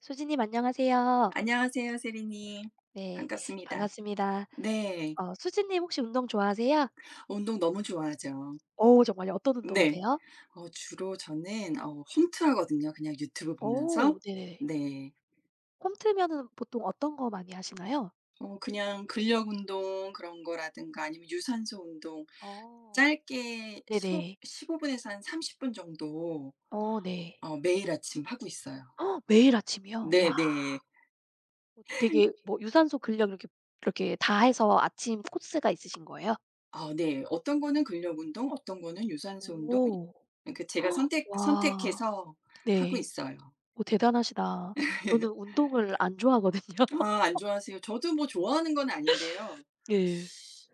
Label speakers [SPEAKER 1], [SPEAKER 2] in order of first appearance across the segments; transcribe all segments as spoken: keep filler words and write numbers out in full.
[SPEAKER 1] 수진님 안녕하세요.
[SPEAKER 2] 안녕하세요, 세리님.
[SPEAKER 1] 네,
[SPEAKER 2] 반갑습니다.
[SPEAKER 1] 반갑습니다.
[SPEAKER 2] 네.
[SPEAKER 1] 어 수진님, 혹시 운동 좋아하세요?
[SPEAKER 2] 운동 너무 좋아하죠.
[SPEAKER 1] 오, 정말요? 어떤
[SPEAKER 2] 네.
[SPEAKER 1] 운동하세요?
[SPEAKER 2] 어 주로 저는 어 홈트 하거든요, 그냥 유튜브
[SPEAKER 1] 오,
[SPEAKER 2] 보면서.
[SPEAKER 1] 네네네.
[SPEAKER 2] 네.
[SPEAKER 1] 홈트면은 보통 어떤 거 많이 하시나요?
[SPEAKER 2] 어 그냥 근력 운동 그런 거라든가 아니면 유산소 운동
[SPEAKER 1] 어.
[SPEAKER 2] 짧게 15
[SPEAKER 1] 네네.
[SPEAKER 2] 십오 분에서 한 삼십 분 정도
[SPEAKER 1] 어, 네.
[SPEAKER 2] 어 매일 아침 하고 있어요.
[SPEAKER 1] 어, 매일 아침이요? 와.
[SPEAKER 2] 네네.
[SPEAKER 1] 어. 되게 뭐 유산소 근력 이렇게 이렇게 다 해서 아침 코스가 있으신 거예요?
[SPEAKER 2] 아 네. 어, 네. 어떤 거는 근력 운동, 어떤 거는 유산소 운동
[SPEAKER 1] 오.
[SPEAKER 2] 그 제가
[SPEAKER 1] 헉,
[SPEAKER 2] 선택
[SPEAKER 1] 와.
[SPEAKER 2] 선택해서 하고
[SPEAKER 1] 네.
[SPEAKER 2] 있어요.
[SPEAKER 1] 어, 대단하시다. 저는 운동을 안 좋아하거든요.
[SPEAKER 2] 아 안 좋아하세요? 저도 뭐 좋아하는 건 아닌데요.
[SPEAKER 1] 네.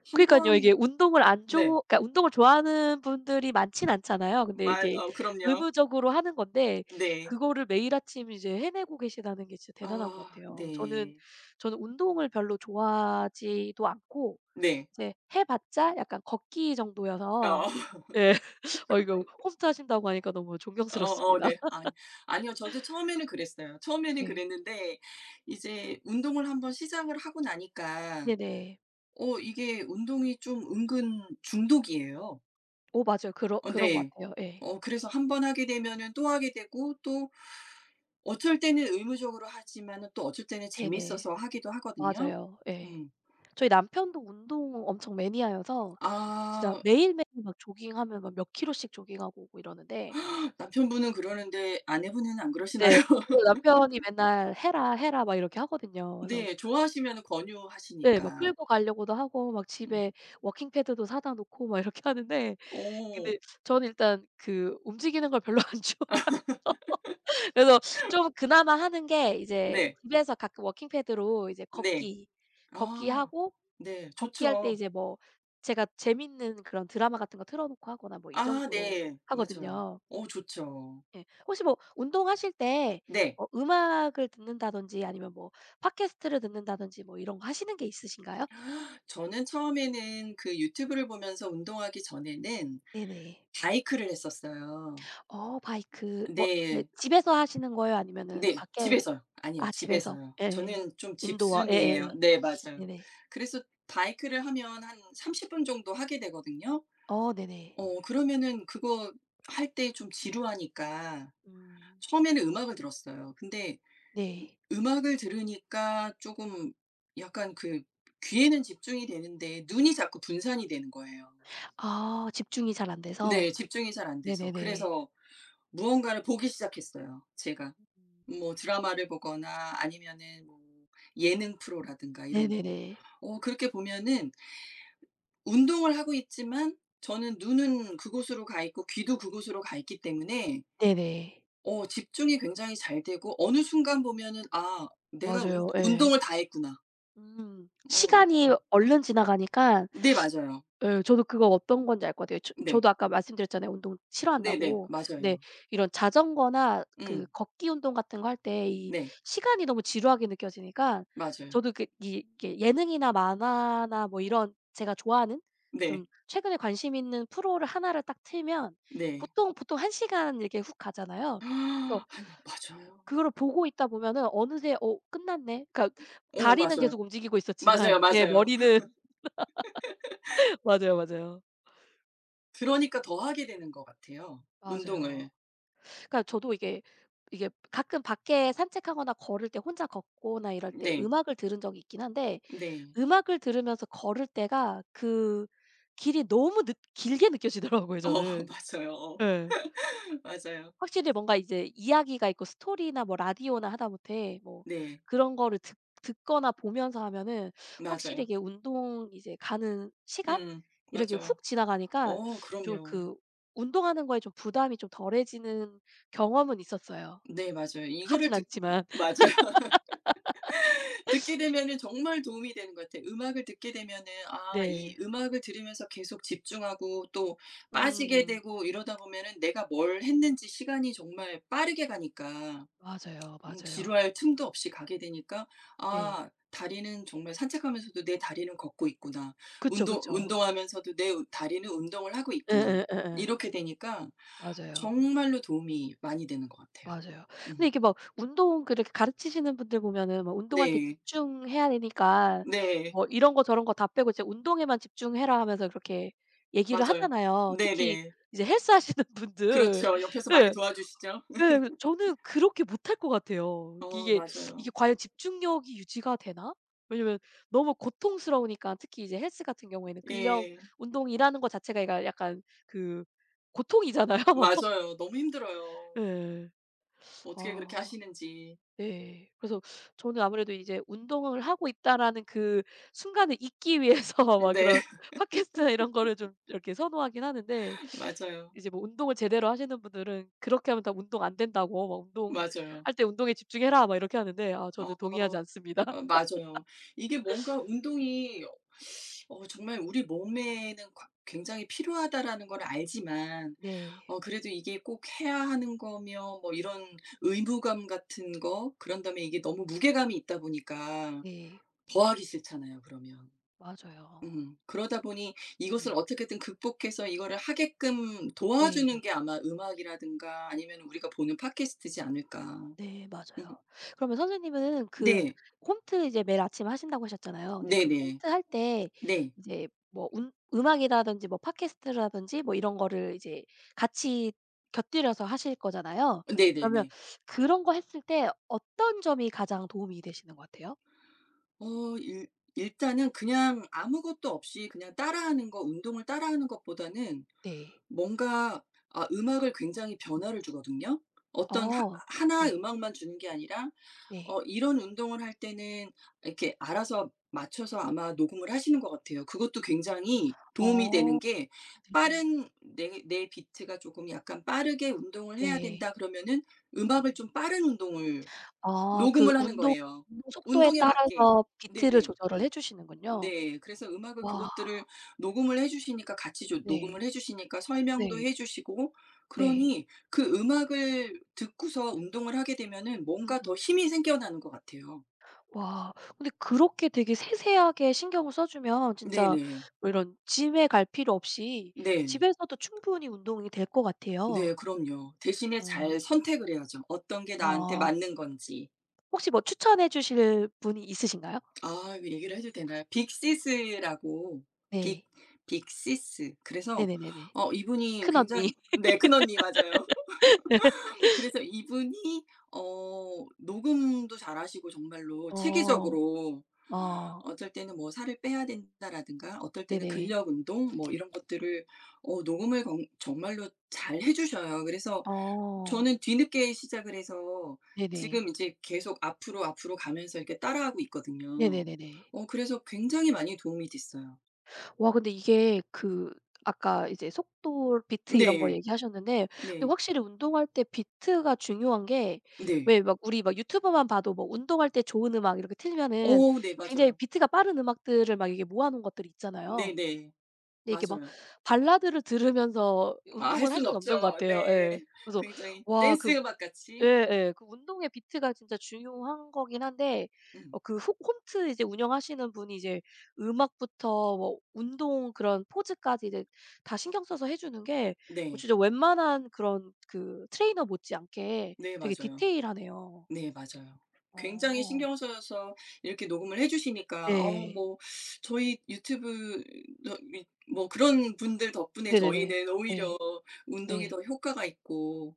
[SPEAKER 2] 한
[SPEAKER 1] 그니깐요. 이게
[SPEAKER 2] 번
[SPEAKER 1] 운동을 안
[SPEAKER 2] 네.
[SPEAKER 1] 좋아 그러니까 운동을 좋아하는 분들이 많진 않잖아요. 근데
[SPEAKER 2] 말
[SPEAKER 1] 이게
[SPEAKER 2] 어 그럼요.
[SPEAKER 1] 의무적으로 하는 건데
[SPEAKER 2] 네.
[SPEAKER 1] 그거를 매일 아침 이제 해내고 계시다는 게 진짜 대단한 것
[SPEAKER 2] 아
[SPEAKER 1] 같아요. 저는
[SPEAKER 2] 네.
[SPEAKER 1] 저는 운동을 별로 좋아하지도 않고
[SPEAKER 2] 네.
[SPEAKER 1] 이제 해 봤자 약간 걷기 정도여서
[SPEAKER 2] 어
[SPEAKER 1] 예. 어 이거 홈트 하신다고 하니까 너무
[SPEAKER 2] 어어
[SPEAKER 1] 존경스럽습니다.
[SPEAKER 2] 네. 아니 아니요. 저도 처음에는 그랬어요. 처음에는
[SPEAKER 1] 네.
[SPEAKER 2] 그랬는데 이제 운동을 한번 시작을 하고 나니까
[SPEAKER 1] 네네.
[SPEAKER 2] 어 이게 운동이 좀 은근 중독이에요.
[SPEAKER 1] 어, 맞아요. 그런
[SPEAKER 2] 어
[SPEAKER 1] 그런 것
[SPEAKER 2] 네.
[SPEAKER 1] 같아요. 예.
[SPEAKER 2] 어 그래서 한 번 하게 되면은 또 하게 되고 또 어쩔 때는 의무적으로 하지만은 또 어쩔 때는
[SPEAKER 1] 네네.
[SPEAKER 2] 재밌어서 하기도 하거든요.
[SPEAKER 1] 맞아요. 예.
[SPEAKER 2] 음.
[SPEAKER 1] 저희 남편도 운동 엄청 매니아여서 진짜
[SPEAKER 2] 아
[SPEAKER 1] 매일매일 막 조깅하면 막 몇 킬로씩 조깅하고 오고 이러는데
[SPEAKER 2] 남편분은 그러는데 아내분은 안 그러시나요?
[SPEAKER 1] 네. 그래서 남편이 맨날 "해라, 해라." 막 이렇게 하거든요. 그래서
[SPEAKER 2] 네. 좋아하시면
[SPEAKER 1] 네 막
[SPEAKER 2] 권유하시니까.
[SPEAKER 1] 끌고 가려고도 하고 막
[SPEAKER 2] 음.
[SPEAKER 1] 집에 워킹 패드도 사다 놓고 막 이렇게 하는데
[SPEAKER 2] 오,
[SPEAKER 1] 근데 저는 일단 그 움직이는 걸 별로 안 좋아해서 그래서 좀 그나마 하는 게 이제
[SPEAKER 2] 네.
[SPEAKER 1] 집에서 가끔 워킹 패드로 이제
[SPEAKER 2] 네.
[SPEAKER 1] 걷기,
[SPEAKER 2] 아
[SPEAKER 1] 걷기하고
[SPEAKER 2] 네.
[SPEAKER 1] 걷기 할 때
[SPEAKER 2] 좋죠.
[SPEAKER 1] 이제 뭐 제가 재밌는 그런 드라마 같은 거 틀어 놓고 하거나 뭐 이
[SPEAKER 2] 아
[SPEAKER 1] 정도로
[SPEAKER 2] 네. 맞아요.
[SPEAKER 1] 하거든요.
[SPEAKER 2] 오 좋죠.
[SPEAKER 1] 예. 혹시 뭐 운동하실 때
[SPEAKER 2] 네.
[SPEAKER 1] 뭐 음악을 듣는다든지 아니면 뭐 팟캐스트를 듣는다든지 뭐 이런 거 하시는 게 있으신가요?
[SPEAKER 2] 저는 처음에는 그 유튜브를 보면서 운동하기 전에는
[SPEAKER 1] 네네.
[SPEAKER 2] 바이크를 했었어요.
[SPEAKER 1] 어 바이크 뭐 네
[SPEAKER 2] 네.
[SPEAKER 1] 집에서 하시는 거예요? 아니면은
[SPEAKER 2] 네.
[SPEAKER 1] 밖에.
[SPEAKER 2] 집에서요. 아니요.
[SPEAKER 1] 아 집에서.
[SPEAKER 2] 집에서요.
[SPEAKER 1] 예예.
[SPEAKER 2] 저는 좀
[SPEAKER 1] 인도어.
[SPEAKER 2] 집순이에요.
[SPEAKER 1] 예예예.
[SPEAKER 2] 네 맞아요.
[SPEAKER 1] 네네.
[SPEAKER 2] 그래서 바이크를 하면 한 삼십 분 정도 하게 되거든요.
[SPEAKER 1] 어 네네.
[SPEAKER 2] 어 그러면은 그거 할 때 좀 지루하니까
[SPEAKER 1] 음.
[SPEAKER 2] 처음에는 음악을 들었어요. 근데
[SPEAKER 1] 네.
[SPEAKER 2] 음악을 들으니까 쪼금 약간 그 귀에는 집중이 되는데 눈이 자꾸 분산이 되는 거예요.
[SPEAKER 1] 아 집중이 잘 안 돼서.
[SPEAKER 2] 네. 집중이 잘 안 돼서.
[SPEAKER 1] 네네네.
[SPEAKER 2] 그래서 무언가를 보기 시작했어요 제가.
[SPEAKER 1] 음.
[SPEAKER 2] 뭐 드라마를 보거나 아니면은 뭐 예능 프로라든가 이런 거.
[SPEAKER 1] 네네네.
[SPEAKER 2] 어 그렇게 보면은 운동을 하고 있지만 저는 눈은 그곳으로 가 있고 귀도 그곳으로 가 있기 때문에
[SPEAKER 1] 네네.
[SPEAKER 2] 어 집중이 굉장히 잘 되고 어느 순간 보면은 '아 내가 운
[SPEAKER 1] 맞아요. 예.
[SPEAKER 2] 운동을 다 했구나.'
[SPEAKER 1] 음.
[SPEAKER 2] 어
[SPEAKER 1] 시간이
[SPEAKER 2] 이런
[SPEAKER 1] 얼른 지나가니까
[SPEAKER 2] 네 맞아요.
[SPEAKER 1] 예 저도 그거 어떤 건지 알 것 같아요. 저
[SPEAKER 2] 네.
[SPEAKER 1] 저도 아까 말씀드렸잖아요, 운동
[SPEAKER 2] 네 네.
[SPEAKER 1] 싫어한다고. 근데
[SPEAKER 2] 맞아요.
[SPEAKER 1] 이런 자전거나 그
[SPEAKER 2] 음.
[SPEAKER 1] 걷기 운동 같은 거 할 때 이
[SPEAKER 2] 네.
[SPEAKER 1] 시간이 너무 지루하게 느껴지니까
[SPEAKER 2] 맞아요.
[SPEAKER 1] 저도 그 이 이게 예능이나 만화나 뭐 이런 제가 좋아하는 좀
[SPEAKER 2] 네.
[SPEAKER 1] 최근에 관심 있는 프로를 하나를 딱 틀면
[SPEAKER 2] 네.
[SPEAKER 1] 보통, 보통 한 시간 이렇게 훅 가잖아요. 그래서
[SPEAKER 2] 아니 맞아요.
[SPEAKER 1] 그거를 보고 있다 보면은 어느새 '어 끝났네.' 그러니까
[SPEAKER 2] 어
[SPEAKER 1] 다리는
[SPEAKER 2] 맞아요.
[SPEAKER 1] 계속 움직이고
[SPEAKER 2] 맞아요,
[SPEAKER 1] 있었지만 제
[SPEAKER 2] 맞아요.
[SPEAKER 1] 머리는 맞아요, 맞아요.
[SPEAKER 2] 그러니까 더 하게 되는 것 같아요,
[SPEAKER 1] 맞아요.
[SPEAKER 2] 운동을.
[SPEAKER 1] 그러니까 저도 이게, 이게 가끔 밖에 산책하거나 걸을 때 혼자 걷거나 이럴 때
[SPEAKER 2] 네.
[SPEAKER 1] 음악을 들은 적이 있긴 한데
[SPEAKER 2] 네.
[SPEAKER 1] 음악을 들으면서 걸을 때가 그 길이 너무 느 길게 느껴지더라고요
[SPEAKER 2] 어
[SPEAKER 1] 저는.
[SPEAKER 2] 맞아요. 어
[SPEAKER 1] 예.
[SPEAKER 2] 맞아요.
[SPEAKER 1] 확실히 뭔가 이제 이야기가 있고 스토리나 뭐 라디오나 하다못해 뭐
[SPEAKER 2] 네.
[SPEAKER 1] 그런 거를 듣 듣거나 보면서 하면은 확실히
[SPEAKER 2] 맞아요.
[SPEAKER 1] 이게 운동 이제 가는 시간
[SPEAKER 2] 음
[SPEAKER 1] 이렇게
[SPEAKER 2] 맞아요.
[SPEAKER 1] 훅 지나가니까
[SPEAKER 2] 어
[SPEAKER 1] 좀
[SPEAKER 2] 그럼요.
[SPEAKER 1] 그 운동하는 거에 좀 부담이 좀 덜해지는 경험은 있었어요.
[SPEAKER 2] 네 맞아요. 이거를
[SPEAKER 1] 하진
[SPEAKER 2] 듣
[SPEAKER 1] 않지만.
[SPEAKER 2] 맞아요. 듣게 되면은 정말 도움이 되는 것 같아요. 음악을 듣게 되면은 아 이
[SPEAKER 1] 네.
[SPEAKER 2] 음악을 들으면서 계속 집중하고 또 빠지게
[SPEAKER 1] 음.
[SPEAKER 2] 되고 이러다 보면은 내가 뭘 했는지 시간이 정말 빠르게 가니까
[SPEAKER 1] 맞아요,
[SPEAKER 2] 음
[SPEAKER 1] 맞아요.
[SPEAKER 2] 지루할 틈도 없이 가게 되니까
[SPEAKER 1] 네.
[SPEAKER 2] '아 다리는 정말 산책하면서도 내 다리는 걷고 있구나.
[SPEAKER 1] 그쵸,
[SPEAKER 2] 운동
[SPEAKER 1] 그쵸.
[SPEAKER 2] 운동하면서도 내 우- 다리는 운동을 하고
[SPEAKER 1] 예예
[SPEAKER 2] 있구나.'
[SPEAKER 1] 예 예.
[SPEAKER 2] 이렇게 되니까
[SPEAKER 1] 맞아요.
[SPEAKER 2] 정말로 도움이 많이 되는 것 같아요.
[SPEAKER 1] 맞아요. 근데
[SPEAKER 2] 음.
[SPEAKER 1] 이게 막 운동 그렇게 가르치시는 분들 보면은 막 운동할 때
[SPEAKER 2] 네.
[SPEAKER 1] 집중해야 되니까
[SPEAKER 2] 네.
[SPEAKER 1] 뭐 "이런 거 저런 거 다 빼고 이제 운동에만 집중해라." 하면서 그렇게 얘기를
[SPEAKER 2] 맞아요.
[SPEAKER 1] 하잖아요. 특히
[SPEAKER 2] 네네.
[SPEAKER 1] 이제 헬스 하시는 분들.
[SPEAKER 2] 그렇죠. 옆에서 많이
[SPEAKER 1] 예.
[SPEAKER 2] 도와주시죠.
[SPEAKER 1] 예. 저는 그렇게 못할 것 같아요.
[SPEAKER 2] 어
[SPEAKER 1] 이게,
[SPEAKER 2] 맞아요.
[SPEAKER 1] 이게 과연 집중력이 유지가 되나? 왜냐면 너무 고통스러우니까 특히 이제 헬스 같은 경우에는 근력
[SPEAKER 2] 예.
[SPEAKER 1] 운동이라는 것 자체가 얘가 약간 그 고통이잖아요.
[SPEAKER 2] 맞아요. 너무 힘들어요.
[SPEAKER 1] 예.
[SPEAKER 2] 어떻게 그렇게
[SPEAKER 1] 아.
[SPEAKER 2] 하시는지.
[SPEAKER 1] 네. 그래서 저는 아무래도 이제 '운동을 하고 있다.'라는 그 순간을 잊기 위해서 막 그런
[SPEAKER 2] 네.
[SPEAKER 1] 팟캐스트나 이런 거를 좀 이렇게 선호하긴 하는데
[SPEAKER 2] 맞아요.
[SPEAKER 1] 이제 뭐 운동을 제대로 하시는 분들은 그렇게 하면 다 "운동 안 된다."고 막 "운동할
[SPEAKER 2] 맞아요.
[SPEAKER 1] 때 운동에 집중해라." 막 이렇게 하는데 아 저는
[SPEAKER 2] 어.
[SPEAKER 1] 동의하지 않습니다.
[SPEAKER 2] 어 맞아요. 이게 뭔가 운동이 어 정말 우리 몸에는 과 굉장히 필요하다라는 걸 알지만
[SPEAKER 1] 네.
[SPEAKER 2] 어 그래도 이게 꼭 해야 하는 거며 뭐 이런 의무감 같은 거 그런 다음에 이게 너무 무게감이 있다 보니까
[SPEAKER 1] 네.
[SPEAKER 2] 더 하기 싫잖아요 그러면.
[SPEAKER 1] 맞아요.
[SPEAKER 2] 음. 그러다 보니 이것을
[SPEAKER 1] 네.
[SPEAKER 2] 어떻게든 극복해서 이거를 하게끔
[SPEAKER 1] 네.
[SPEAKER 2] 도와주는 게 아마 음악이라든가 아니면 우리가 보는 팟캐스트지 않을까.
[SPEAKER 1] 네
[SPEAKER 2] 음.
[SPEAKER 1] 맞아요. 그러면 선생님은 그
[SPEAKER 2] 네.
[SPEAKER 1] 홈트 이제 매일 아침 하신다고 하셨잖아요. 근데 그
[SPEAKER 2] 네네.
[SPEAKER 1] 홈트 할 때
[SPEAKER 2] 네. 네.
[SPEAKER 1] 이제 뭐 운 음악이라든지 뭐 팟캐스트라든지 뭐 이런 거를 이제 같이 곁들여서 하실 거잖아요. 그러면
[SPEAKER 2] 네네네.
[SPEAKER 1] 그런 거 했을 때 어떤 점이 가장 도움이 되시는 것 같아요?
[SPEAKER 2] 어 일 일단은 그냥 아무것도 없이 그냥 따라하는 거 운동을 따라하는 것보다는
[SPEAKER 1] 네.
[SPEAKER 2] 뭔가 아 음악을 굉장히 변화를 주거든요. 어떤 하
[SPEAKER 1] 어. 네.
[SPEAKER 2] 하나의 음악만 주는 게 아니라
[SPEAKER 1] 네.
[SPEAKER 2] 어 이런 운동을 할 때는 이렇게 알아서 맞춰서 아마 녹음을 하시는 것 같아요. 그것도 굉장히 도움이
[SPEAKER 1] 어.
[SPEAKER 2] 되는 게
[SPEAKER 1] 네네.
[SPEAKER 2] 빠른 내 내 비트가 조금 약간 빠르게 운동을 해야
[SPEAKER 1] 네.
[SPEAKER 2] 된다 그러면은 음악을
[SPEAKER 1] 음.
[SPEAKER 2] 좀 빠른 운동을
[SPEAKER 1] 아 그
[SPEAKER 2] 녹음을 하는
[SPEAKER 1] 운동
[SPEAKER 2] 거예요,
[SPEAKER 1] 운동 속도에
[SPEAKER 2] 운동에 맞게.
[SPEAKER 1] 따라서 비트를
[SPEAKER 2] 네네.
[SPEAKER 1] 조절을 해 주시는군요.
[SPEAKER 2] 네. 그래서 음악을
[SPEAKER 1] 와.
[SPEAKER 2] 그것들을 녹음을 해 주시니까 같이 조
[SPEAKER 1] 네.
[SPEAKER 2] 녹음을 해 주시니까 설명도
[SPEAKER 1] 네.
[SPEAKER 2] 해 주시고 음.
[SPEAKER 1] 네.
[SPEAKER 2] 그러니 그 음악을 듣고서 운동을 하게 되면은 뭔가
[SPEAKER 1] 음음.
[SPEAKER 2] 더 힘이 생겨나는 것 같아요.
[SPEAKER 1] 와. 근데 그렇게 되게 세세하게 신경을 써 주면 진짜
[SPEAKER 2] 네네.
[SPEAKER 1] 뭐 이런 짐에 갈 필요 없이
[SPEAKER 2] 네.
[SPEAKER 1] 집에서도 충분히 운동이 될 것 같아요.
[SPEAKER 2] 네 그럼요. 대신에
[SPEAKER 1] 어.
[SPEAKER 2] 잘 선택을 해야죠. 어떤 게 나한테
[SPEAKER 1] 아.
[SPEAKER 2] 맞는 건지.
[SPEAKER 1] 혹시 뭐 추천해 주실 분이 있으신가요?
[SPEAKER 2] 아 이거 얘기를 해도 되나요? 빅시스라고 빅
[SPEAKER 1] 네.
[SPEAKER 2] 빅시스. 그래서
[SPEAKER 1] 네네네네.
[SPEAKER 2] 어 이분이
[SPEAKER 1] 큰언니.
[SPEAKER 2] 굉장히 네 큰언니 맞아요. 그래서 이분이 어 녹음도 잘하시고 정말로
[SPEAKER 1] 어.
[SPEAKER 2] 체계적으로
[SPEAKER 1] 어.
[SPEAKER 2] 어쩔 때는 뭐 살을 빼야 된다라든가 어떨 때는
[SPEAKER 1] 네네.
[SPEAKER 2] 근력 운동 뭐 이런 것들을 어 녹음을 건 정말로 잘 해 주셔요. 그래서
[SPEAKER 1] 어.
[SPEAKER 2] 저는 뒤늦게 시작을 해서 지금
[SPEAKER 1] 네네.
[SPEAKER 2] 이제 계속 앞으로, 앞으로 가면서 이렇게 따라하고 있거든요.
[SPEAKER 1] 네네네네.
[SPEAKER 2] 어 그래서 굉장히 많이 도움이 됐어요.
[SPEAKER 1] 와 근데 이게 그 아까 이제 속도 비트 이런 거
[SPEAKER 2] 네.
[SPEAKER 1] 얘기하셨는데 근데
[SPEAKER 2] 네.
[SPEAKER 1] 확실히 운동할 때 비트가 중요한 게
[SPEAKER 2] 네.
[SPEAKER 1] 왜 막 우리 막 유튜버만 봐도 뭐 운동할 때 좋은 음악 이렇게 틀면은
[SPEAKER 2] 어 네
[SPEAKER 1] 굉장히
[SPEAKER 2] 맞아요.
[SPEAKER 1] 비트가 빠른 음악들을 막 이렇게 모아 놓은 것들이 있잖아요.
[SPEAKER 2] 네네.
[SPEAKER 1] 근데 이게 막
[SPEAKER 2] 맞아요.
[SPEAKER 1] 발라드를 들으면서
[SPEAKER 2] 아 할
[SPEAKER 1] 운동을 할
[SPEAKER 2] 수는
[SPEAKER 1] 수는
[SPEAKER 2] 없죠.
[SPEAKER 1] 없는 것 같아요. 예.
[SPEAKER 2] 네.
[SPEAKER 1] 그래서
[SPEAKER 2] 굉장히
[SPEAKER 1] 와
[SPEAKER 2] 댄스
[SPEAKER 1] 그
[SPEAKER 2] 음악 같이.
[SPEAKER 1] 예예. 그 운동의 비트가 진짜 중요한 거긴 한데
[SPEAKER 2] 음.
[SPEAKER 1] 어 그 홈 홈트 이제 운영하시는 분이 이제 음악부터 뭐 운동 그런 포즈까지 이제 다 신경 써서 해 주는 게 어
[SPEAKER 2] 네.
[SPEAKER 1] 진짜 웬만한 그런 그 트레이너 못지않게
[SPEAKER 2] 네
[SPEAKER 1] 되게
[SPEAKER 2] 맞아요.
[SPEAKER 1] 디테일하네요.
[SPEAKER 2] 네 맞아요. 굉장히
[SPEAKER 1] 어.
[SPEAKER 2] 신경 써서 이렇게 녹음을 해 주시니까 어
[SPEAKER 1] 네.
[SPEAKER 2] 뭐 저희 유튜브 너 이 뭐 그런 분들 덕분에
[SPEAKER 1] 네네네.
[SPEAKER 2] 저희는
[SPEAKER 1] 네.
[SPEAKER 2] 오히려 운동이
[SPEAKER 1] 네.
[SPEAKER 2] 더 효과가 있고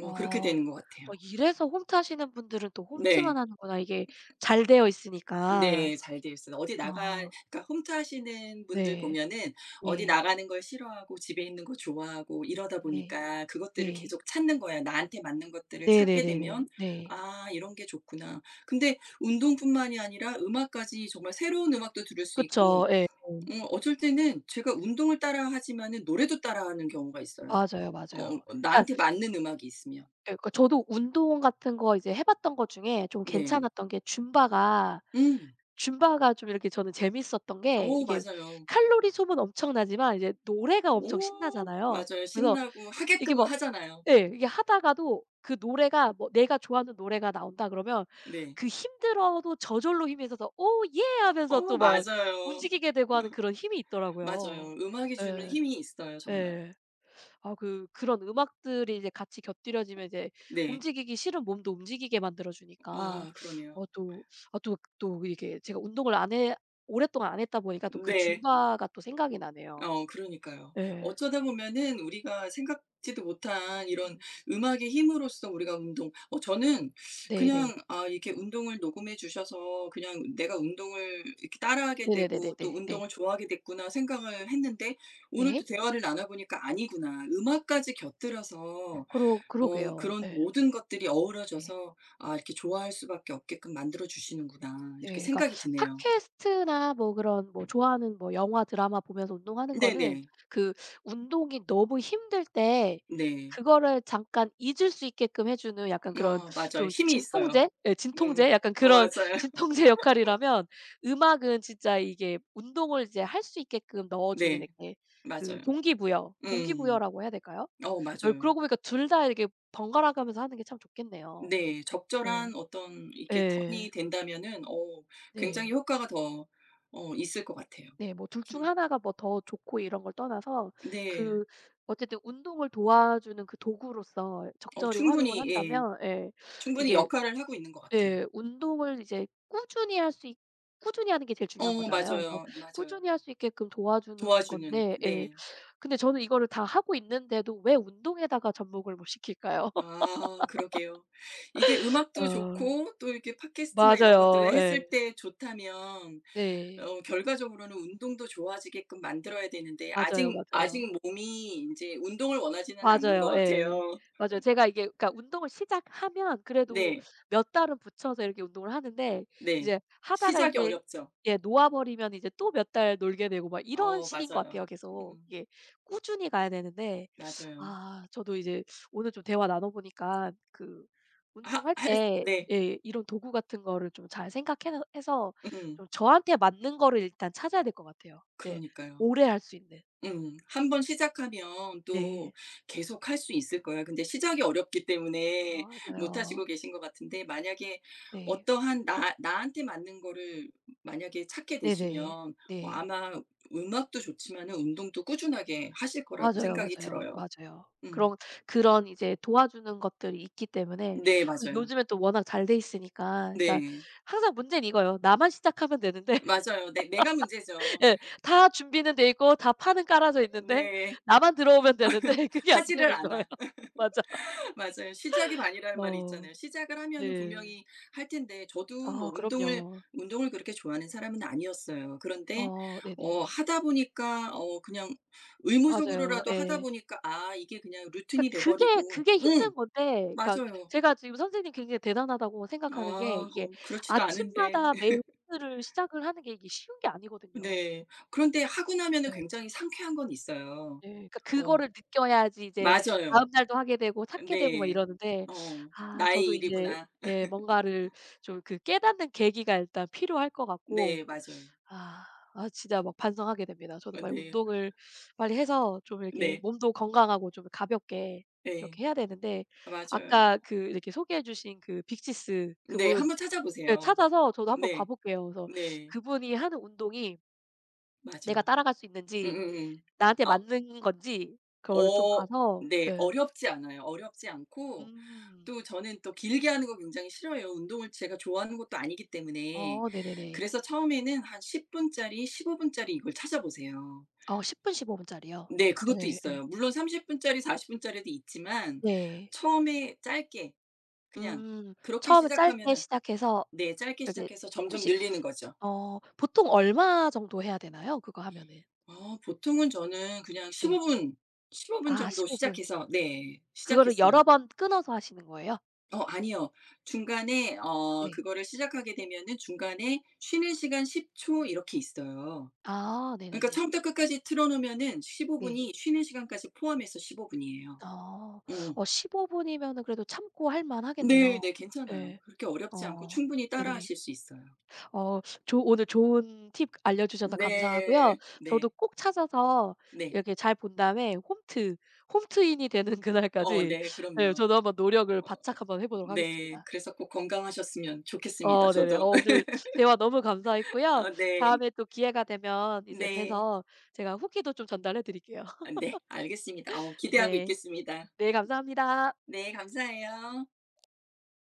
[SPEAKER 1] 아.
[SPEAKER 2] 그렇게 되는 것 같아요.
[SPEAKER 1] 어 이래서 홈트 하시는 분들은 또 홈트만
[SPEAKER 2] 네.
[SPEAKER 1] 하는구나. 이게 잘 되어 있으니까.
[SPEAKER 2] 네. 잘 되어 있어요. 어디 나가
[SPEAKER 1] 아.
[SPEAKER 2] 그러니까 홈트하시는 분들
[SPEAKER 1] 네.
[SPEAKER 2] 보면은 어디
[SPEAKER 1] 네.
[SPEAKER 2] 나가는 걸 싫어하고 집에 있는 거 좋아하고 이러다
[SPEAKER 1] 네.
[SPEAKER 2] 보니까 그것들을
[SPEAKER 1] 네.
[SPEAKER 2] 계속 찾는 거야. 나한테 맞는 것들을 찾게
[SPEAKER 1] 네네네네.
[SPEAKER 2] 되면
[SPEAKER 1] 네.
[SPEAKER 2] '아 이런 게 좋구나.' 근데 운동뿐만이 아니라 음악까지 정말 새로운 음악도 들을 수
[SPEAKER 1] 그쵸.
[SPEAKER 2] 있고
[SPEAKER 1] 예. 예.
[SPEAKER 2] 음 어쩔 때는 제가 운동을 따라하지만은 노래도 따라하는 경우가 있어요.
[SPEAKER 1] 맞아요,
[SPEAKER 2] 어
[SPEAKER 1] 맞아요. 그러니까
[SPEAKER 2] 나한테 맞는 음악이 있으면.
[SPEAKER 1] 예 그 저도 운동 같은 거 이제 해 봤던 것 중에 좀
[SPEAKER 2] 네.
[SPEAKER 1] 괜찮았던 게 줌바가
[SPEAKER 2] 음.
[SPEAKER 1] 줌바가 좀 이렇게 저는 재밌었던 게
[SPEAKER 2] 어
[SPEAKER 1] 이게
[SPEAKER 2] 맞아요.
[SPEAKER 1] 칼로리 소모는 엄청나지만 이제 노래가 엄청
[SPEAKER 2] 오
[SPEAKER 1] 신나잖아요.
[SPEAKER 2] 맞아요.
[SPEAKER 1] 그래서
[SPEAKER 2] 신나고
[SPEAKER 1] 이게
[SPEAKER 2] 하게끔
[SPEAKER 1] 뭐
[SPEAKER 2] 하잖아요.
[SPEAKER 1] 예 이게 하다가도 그 노래가 뭐 내가 좋아하는 노래가 나온다 그러면
[SPEAKER 2] 네.
[SPEAKER 1] 그 힘들어도 저절로 힘이 있어서 "오 예." 하면서
[SPEAKER 2] 어
[SPEAKER 1] 또 막
[SPEAKER 2] 맞아요.
[SPEAKER 1] 움직이게 되고 하는 그런 힘이 있더라고요.
[SPEAKER 2] 맞아요. 음악이 주는
[SPEAKER 1] 예.
[SPEAKER 2] 힘이 있어요 정말.
[SPEAKER 1] 예. 아 그 그런 음악들이 이제 같이 곁들여지면 이제
[SPEAKER 2] 네.
[SPEAKER 1] 움직이기 싫은 몸도 움직이게 만들어 주니까
[SPEAKER 2] 아
[SPEAKER 1] 어
[SPEAKER 2] 그러네요.
[SPEAKER 1] 또 아 또 또 이게 제가 운동을 안 해 오랫동안 안 했다 보니까 또 그
[SPEAKER 2] 네.
[SPEAKER 1] 줌바가 또 생각이 나네요.
[SPEAKER 2] 어 그러니까요.
[SPEAKER 1] 예.
[SPEAKER 2] 어쩌다 보면은 우리가 생각지도 못한 이런
[SPEAKER 1] 음.
[SPEAKER 2] 음악의 힘으로써 우리가 운동 어 저는 네.
[SPEAKER 1] 네네.
[SPEAKER 2] 그냥 아 이렇게 운동을 녹음해 주셔서 그냥 내가 운동을 이렇게 따라하게 되고 또
[SPEAKER 1] 네네네네네 네.
[SPEAKER 2] '운동을 좋아하게 됐구나.' 생각을 했는데 오늘
[SPEAKER 1] 네.
[SPEAKER 2] 또 대화를 나눠 보니까 아니구나. 음악까지 곁들여서
[SPEAKER 1] 그러
[SPEAKER 2] 어
[SPEAKER 1] 그러게요.
[SPEAKER 2] 그런
[SPEAKER 1] 예.
[SPEAKER 2] 모든 것들이
[SPEAKER 1] 네.
[SPEAKER 2] 어우러져서 '아 이렇게 좋아할 수밖에 없게끔 만들어 주시는구나.' 이렇게
[SPEAKER 1] 네. 그러니까
[SPEAKER 2] 생각이 드네요.
[SPEAKER 1] 팟캐스트나 뭐 그런 뭐 좋아하는 뭐 영화, 드라마 보면서 운동하는 거는
[SPEAKER 2] 네네.
[SPEAKER 1] 그 운동이 너무 힘들 때
[SPEAKER 2] 네.
[SPEAKER 1] 그거를 잠깐 잊을 수 있게끔 해 주는 약간 그런
[SPEAKER 2] 어 맞아요.
[SPEAKER 1] 좀
[SPEAKER 2] 힘이 있어요.
[SPEAKER 1] 진통제? 예
[SPEAKER 2] 음.
[SPEAKER 1] 진통제? 약간
[SPEAKER 2] 어
[SPEAKER 1] 그런
[SPEAKER 2] 맞아요.
[SPEAKER 1] 진통제 역할이라면 음악은 진짜 이게 운동을 이제 할 수 있게끔 넣어 주는
[SPEAKER 2] 네.
[SPEAKER 1] 이렇게 그
[SPEAKER 2] 맞아요.
[SPEAKER 1] 동기부여,
[SPEAKER 2] 음.
[SPEAKER 1] 동기부여라고 해야 될까요?
[SPEAKER 2] 어
[SPEAKER 1] 예 그러고
[SPEAKER 2] 맞아요.
[SPEAKER 1] 보니까 둘 다 이렇게 번갈아 가면서 하는 게 참 좋겠네요.
[SPEAKER 2] 네.
[SPEAKER 1] 예.
[SPEAKER 2] 적절한 어떤 이렇게
[SPEAKER 1] 예.
[SPEAKER 2] 턴이 된다면은 어 굉장히
[SPEAKER 1] 네.
[SPEAKER 2] 효과가 더 어 있을 것 같아요.
[SPEAKER 1] 네. 뭐 둘 중
[SPEAKER 2] 음
[SPEAKER 1] 하나가 뭐 더 좋고 이런 걸 떠나서
[SPEAKER 2] 네.
[SPEAKER 1] 그 어쨌든 운동을 도와주는 그 도구로서
[SPEAKER 2] 어
[SPEAKER 1] 적절히 활용을
[SPEAKER 2] 충분히 예.
[SPEAKER 1] 한다면 예
[SPEAKER 2] 충분히
[SPEAKER 1] 이게
[SPEAKER 2] 역할을 하고 있는 것 같아요.
[SPEAKER 1] 예 운동을 이제 꾸준히 할 수 있 꾸준히 하는 게 제일 중요한
[SPEAKER 2] 어
[SPEAKER 1] 거잖아요. 그래서
[SPEAKER 2] 맞아요. 맞아요.
[SPEAKER 1] 꾸준히 할 수 있게끔 도와주는
[SPEAKER 2] 도와주는.
[SPEAKER 1] 건데 예
[SPEAKER 2] 네.
[SPEAKER 1] 근데 저는 이거를 다 하고 있는데도 왜 운동에다가 접목을 못 시킬까요?
[SPEAKER 2] 아 그러게요. 이게 음악도
[SPEAKER 1] 어
[SPEAKER 2] 좋고 또 이렇게 팟캐스트나 이런 것들을
[SPEAKER 1] 맞아요. 예.
[SPEAKER 2] 했을 때 좋다면
[SPEAKER 1] 네.
[SPEAKER 2] 어 결과적으로는 운동도 좋아지게끔 만들어야 되는데
[SPEAKER 1] 맞아요,
[SPEAKER 2] 아직
[SPEAKER 1] 맞아요.
[SPEAKER 2] 아직 몸이 인제 운동을 원하지는 않는 것
[SPEAKER 1] 맞아요. 예.
[SPEAKER 2] 같아요.
[SPEAKER 1] 맞아요. 제가 이게 그러니까 운동을 시작하면 그래도
[SPEAKER 2] 네.
[SPEAKER 1] 몇 달은 붙여서 이렇게 운동을 하는데
[SPEAKER 2] 네.
[SPEAKER 1] 이제 하다가
[SPEAKER 2] 시작이
[SPEAKER 1] 이제
[SPEAKER 2] 어렵죠.
[SPEAKER 1] 예 놓아 버리면 이제 또 몇 달 놀게 되고 막 이런
[SPEAKER 2] 어
[SPEAKER 1] 식인 것
[SPEAKER 2] 맞아요.
[SPEAKER 1] 같아요 계속.
[SPEAKER 2] 음
[SPEAKER 1] 이게 꾸준히 가야 되는데
[SPEAKER 2] 맞아요.
[SPEAKER 1] 아 저도 이제 오늘 좀 대화 나눠 보니까 그
[SPEAKER 2] 하
[SPEAKER 1] 운동할
[SPEAKER 2] 할
[SPEAKER 1] 때
[SPEAKER 2] 네.
[SPEAKER 1] 예 이런 도구 같은 거를 좀 잘 생각해 해서
[SPEAKER 2] 음
[SPEAKER 1] 좀 저한테 맞는 거를 일단 찾아야 될 것 같아요. 이제
[SPEAKER 2] 그러니까요.
[SPEAKER 1] 오래 할 수 있는.
[SPEAKER 2] 음. 한 번 시작하면 또
[SPEAKER 1] 네.
[SPEAKER 2] 계속할 수 있을 거야 근데 시작이 어렵기 때문에 못
[SPEAKER 1] 맞아요.
[SPEAKER 2] 하시고 계신 것 같은데 만약에
[SPEAKER 1] 네.
[SPEAKER 2] 어떠한 나 나한테 맞는 거를 만약에 찾게
[SPEAKER 1] 네네.
[SPEAKER 2] 되시면 어
[SPEAKER 1] 네.
[SPEAKER 2] 아마 음악도 좋지만은 운동도 꾸준하게 하실 거라고
[SPEAKER 1] 맞아요,
[SPEAKER 2] 생각이
[SPEAKER 1] 맞아요,
[SPEAKER 2] 들어요.
[SPEAKER 1] 맞아요.
[SPEAKER 2] 음.
[SPEAKER 1] 그런 그런 이제 도와주는 것들이 있기 때문에
[SPEAKER 2] 네
[SPEAKER 1] 그리고
[SPEAKER 2] 맞아요.
[SPEAKER 1] 요즘에 또 워낙 잘 돼 있으니까 그러니까
[SPEAKER 2] 네.
[SPEAKER 1] 항상 문제는 이거예요. 나만 시작하면 되는데
[SPEAKER 2] 맞아요. 내 내가 문제죠.
[SPEAKER 1] 예 다 준비는 돼 있고 다 판은 깔아져 있는데
[SPEAKER 2] 네.
[SPEAKER 1] 나만 들어오면 되는데 그게 안
[SPEAKER 2] 하지를
[SPEAKER 1] 되는
[SPEAKER 2] 않
[SPEAKER 1] 거예요.
[SPEAKER 2] 아
[SPEAKER 1] 맞아.
[SPEAKER 2] 맞아요. 시작이 반이라는 말이
[SPEAKER 1] 어
[SPEAKER 2] 있잖아요. 시작을 하면은
[SPEAKER 1] 네.
[SPEAKER 2] 분명히 할 텐데 저도
[SPEAKER 1] 아
[SPEAKER 2] 뭐 운동을
[SPEAKER 1] 그럼요.
[SPEAKER 2] 운동을 그렇게 좋아하는 사람은 아니었어요. 그런데
[SPEAKER 1] 어
[SPEAKER 2] 어
[SPEAKER 1] 네네.
[SPEAKER 2] 하다 보니까 어 그냥
[SPEAKER 1] 맞아요.
[SPEAKER 2] 의무적으로라도 하다
[SPEAKER 1] 예.
[SPEAKER 2] 보니까 아 이게 그냥
[SPEAKER 1] 그러니까
[SPEAKER 2] 루틴이 돼
[SPEAKER 1] 그게
[SPEAKER 2] 버리고
[SPEAKER 1] 그게
[SPEAKER 2] 응.
[SPEAKER 1] 힘든 건데 그러니까
[SPEAKER 2] 맞아요.
[SPEAKER 1] 제가 지금 선생님 굉장히 대단하다고 생각하는 게
[SPEAKER 2] 아
[SPEAKER 1] 이게
[SPEAKER 2] 어 그렇지도 않은데.
[SPEAKER 1] 아침마다 매일 오늘을 시작을 하는 게 이게 쉬운 게 아니거든요.
[SPEAKER 2] 네. 그런데 하고 나면은
[SPEAKER 1] 예.
[SPEAKER 2] 굉장히 상쾌한 건 있어요.
[SPEAKER 1] 예. 그러니까
[SPEAKER 2] 어
[SPEAKER 1] 그거를 느껴야지 이제
[SPEAKER 2] 맞아요.
[SPEAKER 1] 다음 날도 하게 되고 찾게 되고 막
[SPEAKER 2] 네.
[SPEAKER 1] 이러는데
[SPEAKER 2] 어
[SPEAKER 1] 아 저도
[SPEAKER 2] '나의
[SPEAKER 1] 이제
[SPEAKER 2] 일이구나.'
[SPEAKER 1] 예 뭔가를 좀 그 깨닫는 계기가 일단 필요할 것 같고
[SPEAKER 2] 네 맞아요.
[SPEAKER 1] 아. 아 진짜 막 반성하게 됩니다. 저도
[SPEAKER 2] 어
[SPEAKER 1] 빨리
[SPEAKER 2] 네.
[SPEAKER 1] 운동을 빨리 해서 좀 이렇게
[SPEAKER 2] 네.
[SPEAKER 1] 몸도 건강하고 좀 가볍게
[SPEAKER 2] 네.
[SPEAKER 1] 이렇게 해야 되는데
[SPEAKER 2] 아, 맞아요.
[SPEAKER 1] 아까 그 이렇게 소개해 주신 그 빅시스
[SPEAKER 2] 네.
[SPEAKER 1] 그분
[SPEAKER 2] 한번
[SPEAKER 1] 예
[SPEAKER 2] 찾아보세요.
[SPEAKER 1] 찾아서 저도 한번 봐
[SPEAKER 2] 네.
[SPEAKER 1] 볼게요. 그래서
[SPEAKER 2] 네.
[SPEAKER 1] 그분이 하는 운동이 내가
[SPEAKER 2] 맞아요.
[SPEAKER 1] 따라갈 수 있는지
[SPEAKER 2] 음음음.
[SPEAKER 1] 나한테
[SPEAKER 2] 아
[SPEAKER 1] 맞는 건지 그거를 좀
[SPEAKER 2] 어
[SPEAKER 1] 봐서
[SPEAKER 2] 네.
[SPEAKER 1] 예.
[SPEAKER 2] 어렵지 않아요. 어렵지 않고
[SPEAKER 1] 음.
[SPEAKER 2] 또 저는 또 길게 하는 거 굉장히 싫어해요. 운동을 제가 좋아하는 것도 아니기 때문에.
[SPEAKER 1] 어 네네네.
[SPEAKER 2] 그래서 처음에는 한 십 분짜리 십오 분짜리 이걸 찾아보세요.
[SPEAKER 1] 어 십 분 십오 분짜리요.
[SPEAKER 2] 네. 그것도
[SPEAKER 1] 예예.
[SPEAKER 2] 있어요. 물론 삼십 분짜리 사십 분짜리도 있지만
[SPEAKER 1] 네.
[SPEAKER 2] 처음에 짧게 그냥
[SPEAKER 1] 음.
[SPEAKER 2] 그렇게
[SPEAKER 1] 처음에 짧게
[SPEAKER 2] 시작하면은
[SPEAKER 1] 시작해서
[SPEAKER 2] 네 짧게
[SPEAKER 1] 이렇게
[SPEAKER 2] 시작해서 점점
[SPEAKER 1] 조금씩
[SPEAKER 2] 늘리는 거죠.
[SPEAKER 1] 어 보통 얼마 정도 해야 되나요? 그거 하면은?
[SPEAKER 2] 어 보통은 저는 그냥 십오
[SPEAKER 1] 네.
[SPEAKER 2] 분, 십오 분
[SPEAKER 1] 아
[SPEAKER 2] 정도
[SPEAKER 1] 십오 분.
[SPEAKER 2] 시작해서 네
[SPEAKER 1] 그거를 여러
[SPEAKER 2] 시작했어요.
[SPEAKER 1] 번 끊어서 하시는 거예요?
[SPEAKER 2] 어 아니요. 중간에 어
[SPEAKER 1] 네.
[SPEAKER 2] 그거를 시작하게 되면은 중간에 쉬는 시간 십 초 이렇게 있어요.
[SPEAKER 1] 아
[SPEAKER 2] 그러니까
[SPEAKER 1] 네네네.
[SPEAKER 2] 처음부터 끝까지 틀어 놓으면은 십오
[SPEAKER 1] 네.
[SPEAKER 2] 분이 쉬는 시간까지 포함해서 십오 분이에요.
[SPEAKER 1] 아.
[SPEAKER 2] 어.
[SPEAKER 1] 어 십오 분이면은 그래도 참고 할
[SPEAKER 2] 네
[SPEAKER 1] 만하겠네요.
[SPEAKER 2] 네 괜찮아요.
[SPEAKER 1] 예.
[SPEAKER 2] 그렇게 어렵지 않고
[SPEAKER 1] 어
[SPEAKER 2] 충분히
[SPEAKER 1] 네네.
[SPEAKER 2] 따라하실 수 있어요.
[SPEAKER 1] 어 조 오늘 좋은 팁 알려주셔서 감사하고요.
[SPEAKER 2] 네.
[SPEAKER 1] 저도
[SPEAKER 2] 네.
[SPEAKER 1] 꼭 찾아서
[SPEAKER 2] 네.
[SPEAKER 1] 이렇게 잘 본 다음에 홈트, 홈트인이 되는
[SPEAKER 2] 어
[SPEAKER 1] 그날까지
[SPEAKER 2] 네
[SPEAKER 1] 예
[SPEAKER 2] 그럼요.
[SPEAKER 1] 저도 한번 노력을 바짝 한번 해 보도록
[SPEAKER 2] 네.
[SPEAKER 1] 하겠습니다.
[SPEAKER 2] 그래서 꼭 건강하셨으면 좋겠습니다
[SPEAKER 1] 어 네네. 어
[SPEAKER 2] 저도.
[SPEAKER 1] 오늘 대화 너무 감사했고요.
[SPEAKER 2] 아 네.
[SPEAKER 1] 다음에 또 기회가 되면 이제
[SPEAKER 2] 네.
[SPEAKER 1] 뵈서 제가 후기도 좀 전달해 드릴게요.
[SPEAKER 2] 아, 네, 알겠습니다. 어, 기대하고
[SPEAKER 1] 네.
[SPEAKER 2] 있겠습니다.
[SPEAKER 1] 네 감사합니다.
[SPEAKER 2] 네, 감사해요.